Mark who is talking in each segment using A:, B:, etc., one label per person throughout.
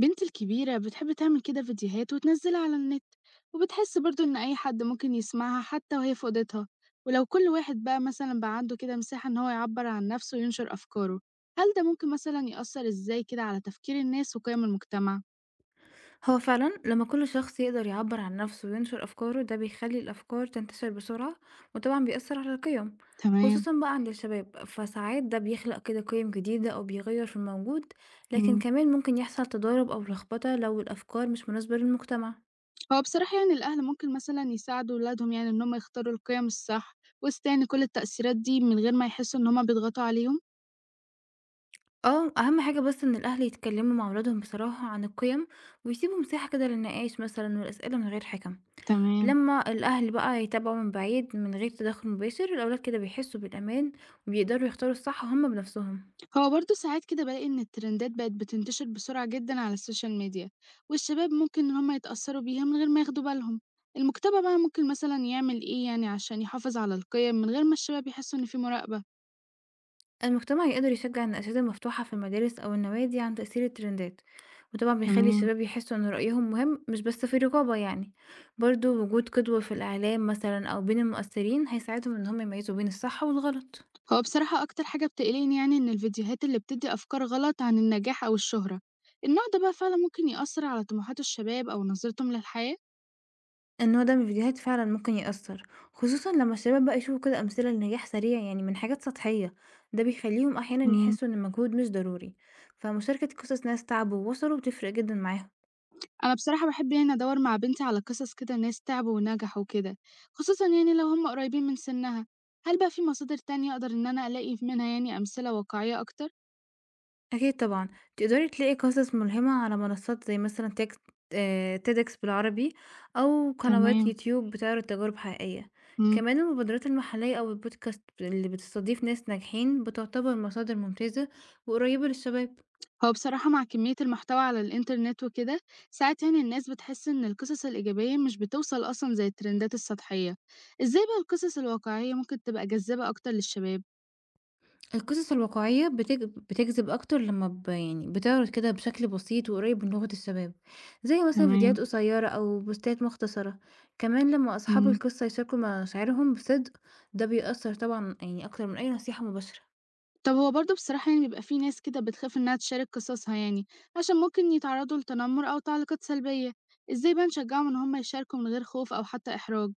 A: بنتي الكبيرة بتحب تعمل كده فيديوهات وتنزلها على النت وبتحس برضو إن أي حد ممكن يسمعها حتى وهي في أوضتها ولو كل واحد بقى مثلا بقى عنده كده مساحة إن هو يعبر عن نفسه وينشر أفكاره هل ده ممكن مثلا يأثر إزاي كده على تفكير الناس وقيم المجتمع؟
B: هو فعلا لما كل شخص يقدر يعبر عن نفسه وينشر أفكاره ده بيخلي الأفكار تنتشر بسرعة وطبعا بيأثر على القيم
A: تمام.
B: خصوصا بقى عند الشباب فساعات ده بيخلق كده قيم جديدة أو بيغير في الموجود لكن
A: مم.
B: كمان ممكن يحصل تضارب أو لخبطة لو الأفكار مش مناسبة للمجتمع.
A: هو بصراحة يعني الأهل ممكن مثلا يساعدوا ولادهم يعني إن هم يختاروا القيم الصح وسط يعني كل التأثيرات دي من غير ما يحسوا إن هما بيضغطوا عليهم.
B: اه، أهم حاجة بس إن الأهل يتكلموا مع أولادهم بصراحة عن القيم ويسيبوا مساحة كده للنقاش مثلا والأسئلة من غير حكم.
A: تمام.
B: لمّا الأهل بقى يتابعوا من بعيد من غير تدخُّل مباشر، الأولاد كده بيحسّوا بالأمان وبيقدروا يختاروا الصح هُم بنفسهم.
A: هو برضه ساعات كده بلاقي إن الترندات بقت بتنتشر بسرعة جدا على السوشيال ميديا والشباب ممكن إن هما يتأثروا بيها من غير ما ياخدوا بالهم. المجتمع بقى ممكن مثلا يعمل إيه يعني عشان يحافظ على القيم من غير ما الشباب يحسوا إن في مراقبة؟
B: المجتمع يقدر يشجّع النشاطات المفتوحة في المدارس أو النوادي عن تأثير الترندات، وطبعًا بيخلّي
A: تمام.
B: الشباب يحسّوا إن رأيهم مهم مش بس في رقابة يعني. برضه وجود قدوة في الإعلام مثلًا أو بين المؤثّرين هيساعدهم إن هُم يميّزوا بين الصح والغلط.
A: هو بصراحة أكتر حاجة بتقلقني يعني إن الفيديوهات اللي بتدي أفكار غلط عن النجاح أو الشهرة، النوع ده بقى فعلا ممكن يأثر على طموحات الشباب أو نظرتهم للحياة.
B: النوع ده من الفيديوهات فعلًا ممكن يأثّر، خصوصًا لمّا الشباب بقى يشوفوا كده أمثلة لنجاح سريع يعني من حاجات سطحية، ده بيخلّيهم أحيانًا يحسّوا إن المجهود مش ضروري، فمشاركة قصص ناس تعبوا ووصلوا بتفرق جدًا معاهم.
A: أنا بصراحة باحب يعني أدوّر مع بنتي على قصص كده ناس تعبوا ونجحوا وكده، خصوصًا يعني لو هم قريبين من سنها. هل بقى في مصادر تانية أقدر إن أنا ألاقي منها يعني أمثلة واقعية أكتر؟
B: أكيد طبعًا، تقدري تلاقي قصص ملهمة على منصات زي مثلًا تيك TEDx بالعربي أو قنوات
A: تمام،
B: يوتيوب بتعرض تجارب حقيقية.
A: إمم.
B: كمان المبادرات المحلية أو البودكاست اللي بتستضيف ناس ناجحين بتعتبر مصادر ممتازة وقريبة للشباب.
A: هو بصراحة مع كمية المحتوى على الإنترنت وكده، ساعات يعني الناس بتحس إن القصص الإيجابية مش بتوصل أصلًا زي الترندات السطحية. إزاي بقى القصص الواقعية ممكن تبقى جذابة أكتر للشباب؟
B: القصص الواقعية بتجذب أكتر لما يعني بتعرض كده بشكل بسيط وقريب من لغة الشباب زي مثلا
A: تمام،
B: فيديوهات قصيرة أو بوستات مختصرة. كمان لما أصحاب
A: إمم.
B: القصة يشاركوا مشاعرهم بصدق ده بيأثر طبعا يعني أكتر من أي نصيحة مباشرة.
A: طب هو برضه بصراحة يعني بيبقى في ناس كده بتخاف إنها تشارك قصصها يعني عشان ممكن يتعرضوا لتنمر أو تعليقات سلبية، إزاي بقى نشجعهم إن هم يشاركوا من غير خوف أو حتى إحراج؟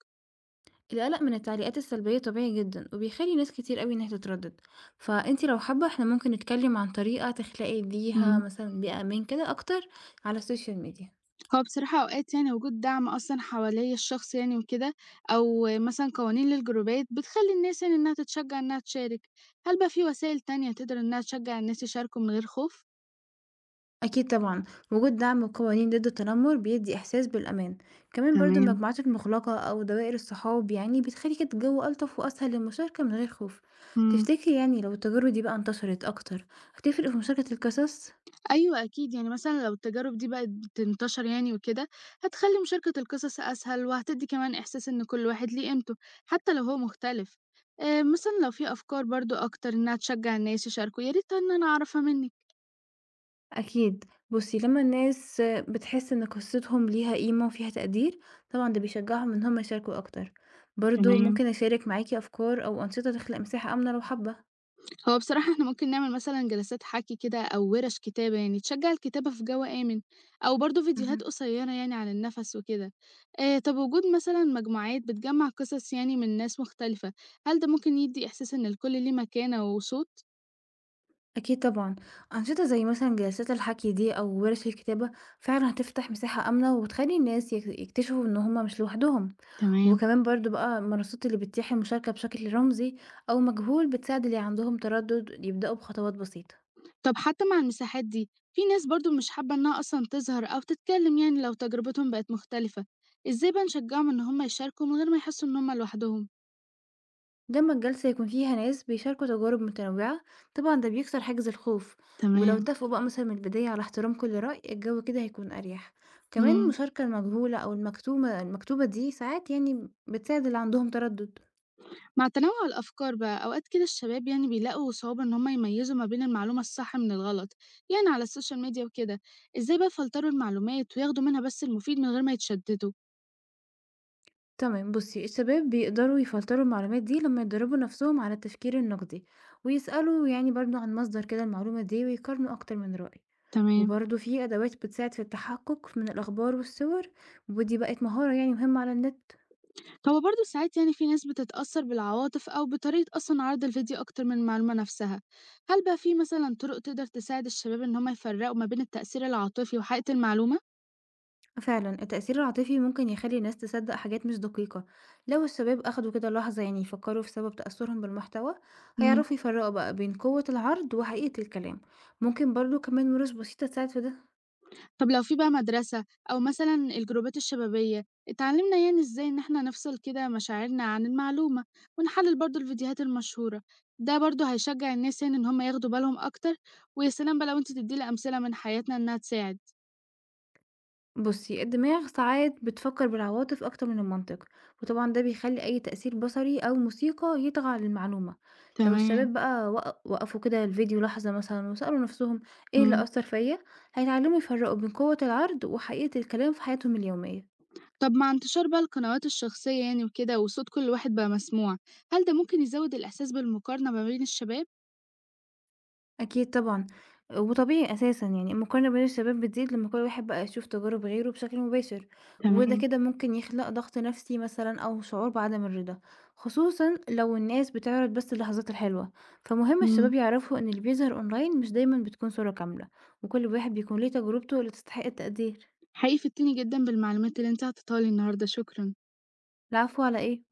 B: القلق من التعليقات السلبية طبيعي جدا وبيخلي ناس كتير قوي إنها تتردد، فأنتي لو حابة احنا ممكن نتكلم عن طريقة تخلقي ليها
A: مم.
B: مثلا بيئة أمان كده أكتر على السوشيال ميديا.
A: هو بصراحة أوقات يعني وجود دعم أصلا حوالي الشخص يعني وكده أو مثلا قوانين للجروبات بتخلي الناس يعني إنها تتشجع إنها تشارك، هل بقى في وسائل تانية تقدر إنها تشجع الناس يشاركوا من غير خوف؟
B: أكيد طبعًا، وجود دعم وقوانين ضد التنمر بيدّي إحساس بالأمان، كمان برضه
A: تمام.
B: المجموعات المغلقة أو دوائر الصحاب يعني بتخلي كده الجو ألطف وأسهل للمشاركة من غير خوف.
A: مم.
B: تفتكري يعني لو التجارب دي بقى انتشرت أكتر، هتفرق في مشاركة القصص؟
A: أيوه أكيد، يعني مثلًا لو التجارب دي بقت بتنتشر يعني وكده، هتخلّي مشاركة القصص أسهل، وهتدّي كمان إحساس إن كل واحد ليه قيمته، حتى لو هو مختلف. مثلًا لو في أفكار برضه أكتر إنها تشجّع الناس يشاركوا، يا ريت إن أنا أعرفها منِّك.
B: أكيد، بُصّي لمّا الناس بتحس إن قصتهم ليها قيمة وفيها تقدير، طبعًا ده بيشجعهم إن هُم يشاركوا أكتر. برضه
A: تمام.
B: ممكن أشارك معاكِ أفكار أو أنشطة تخلق مساحة آمنة لو حابة.
A: هو بصراحة إحنا ممكن نعمل مثلًا جلسات حَكي كده أو وِرَش كتابة يعني تشجّع الكتابة في جو آمن، أو برضه فيديوهات
B: اهم.
A: قصيّرة يعني عن النَفَس وكده. طَب وجود مثلًا مجموعات بتجمّع قصص يعني من ناس مختلفة، هل ده ممكن يدّي إحساس إن الكل ليه مكانة وصوت؟
B: أكيد طبعًا، أنشطة زي مثلًا جلسات الحكي دي أو ورش الكتابة فعلًا هتفتح مساحة آمنة وتخلّي الناس يكتشفوا إن هم مش لوحدهم،
A: تمام.
B: وكمان برضه بقى المنصات اللي بتتيح المشاركة بشكل رمزي أو مجهول بتساعد اللي عندهم تردد يبدأوا بخطوات بسيطة.
A: طَب حتى مع المساحات دي، في ناس برضه مش حابة إنها أصلًا تظهر أو تتكلّم يعني لو تجربتهم بقت مختلفة، إزاي بقى نشجّعهم إن هم يشاركوا من غير ما يحسّوا إن هم لوحدهم؟
B: لمّا الجلسة يكون فيها ناس بيشاركوا تجارب متنوعة طبعًا ده بيكسر حاجز الخوف، ولو
A: تمام.
B: اتفقوا بقى مثلًا من البداية على احترام كل رأي الجو كده هيكون أريح، كمان
A: إمم.
B: المشاركة المجهولة أو المكتومة المكتوبة دي ساعات يعني بتساعد اللي عندهم تردد.
A: مع تنوع الأفكار بقى أوقات كده الشباب يعني بيلاقوا صعوبة إن هما يميزوا ما بين المعلومة الصح من الغلط، يعني على السوشيال ميديا وكده، إزاي بقى يفلتروا المعلومات وياخدوا منها بس المفيد من غير ما يتشددوا؟
B: تمام بُصّي، الشباب بيقدروا يفلتروا المعلومات دي لمّا يدربوا نفسهم على التفكير النقدي، ويسألوا يعني برضه عن مصدر كده المعلومة دي ويقارنوا أكتر من رأي،
A: تمام.
B: وبرضه في أدوات بتساعد في التحقق من الأخبار والصور، ودي بقت مهارة يعني مهمة على النت.
A: هو برضه ساعات يعني في ناس بتتأثر بالعواطف أو بطريقة أصلا عرض الفيديو أكتر من المعلومة نفسها، هل بقى في مثلا طرق تقدر تساعد الشباب إن هما يفرقوا ما بين التأثير العاطفي وحقيقة المعلومة؟
B: فعلًا التأثير العاطفي ممكن يخلي الناس تصدق حاجات مش دقيقة، لو الشباب أخدوا كده لحظة يعني يفكروا في سبب تأثرهم بالمحتوى، هيعرفوا يفرقوا بقى بين قوة العرض وحقيقة الكلام. ممكن برضه كمان ورش بسيطة تساعد في ده.
A: طب لو في بقى مدرسة أو مثلًا الجروبات الشبابية، اتعلمنا يعني إزاي إن إحنا نفصل كده مشاعرنا عن المعلومة، ونحلل برضه الفيديوهات المشهورة، ده برضه هيشجع الناس يعني إن هم ياخدوا بالهم أكتر، ويا سلام بقى لو أنتِ تدّي لي أمثلة من حياتنا إنها تساعد.
B: بُصّي، الدماغ ساعات بتفكر بالعواطف أكتر من المنطق، وطبعًا ده بيخلّي أي تأثير بصري أو موسيقى يطغى على المعلومة. لو
A: تمام،
B: الشباب بقى وقفوا كده الفيديو لحظة مثلًا وسألوا نفسهم إيه اللي
A: إمم.
B: أثّر فيّا، هيتعلموا يفرّقوا بين قوة العرض وحقيقة الكلام في حياتهم اليومية.
A: طب مع انتشار بقى القنوات الشخصية يعني وكده وصوت كل واحد بقى مسموع، هل ده ممكن يزود الإحساس بالمقارنة ما بين الشباب؟
B: أكيد طبعًا، وطبيعي أساسًا يعني المقارنة بين الشباب بتزيد لمّا كل واحد بقى يشوف تجارب غيره بشكل مباشر، وده
A: تمام،
B: كده ممكن يخلق ضغط نفسي مثلًا أو شعور بعدم الرضا، خصوصًا لو الناس بتعرض بس اللحظات الحلوة، فمهم
A: إمم.
B: الشباب يعرفوا إن اللي بيظهر أونلاين مش دايمًا بتكون صورة كاملة، وكل واحد بيكون ليه تجربته اللي تستحق التقدير.
A: حقيقي فدتيني جدًا بالمعلومات اللي أنتِ عطيتها لي النهارده، شكرًا.
B: العفو على إيه؟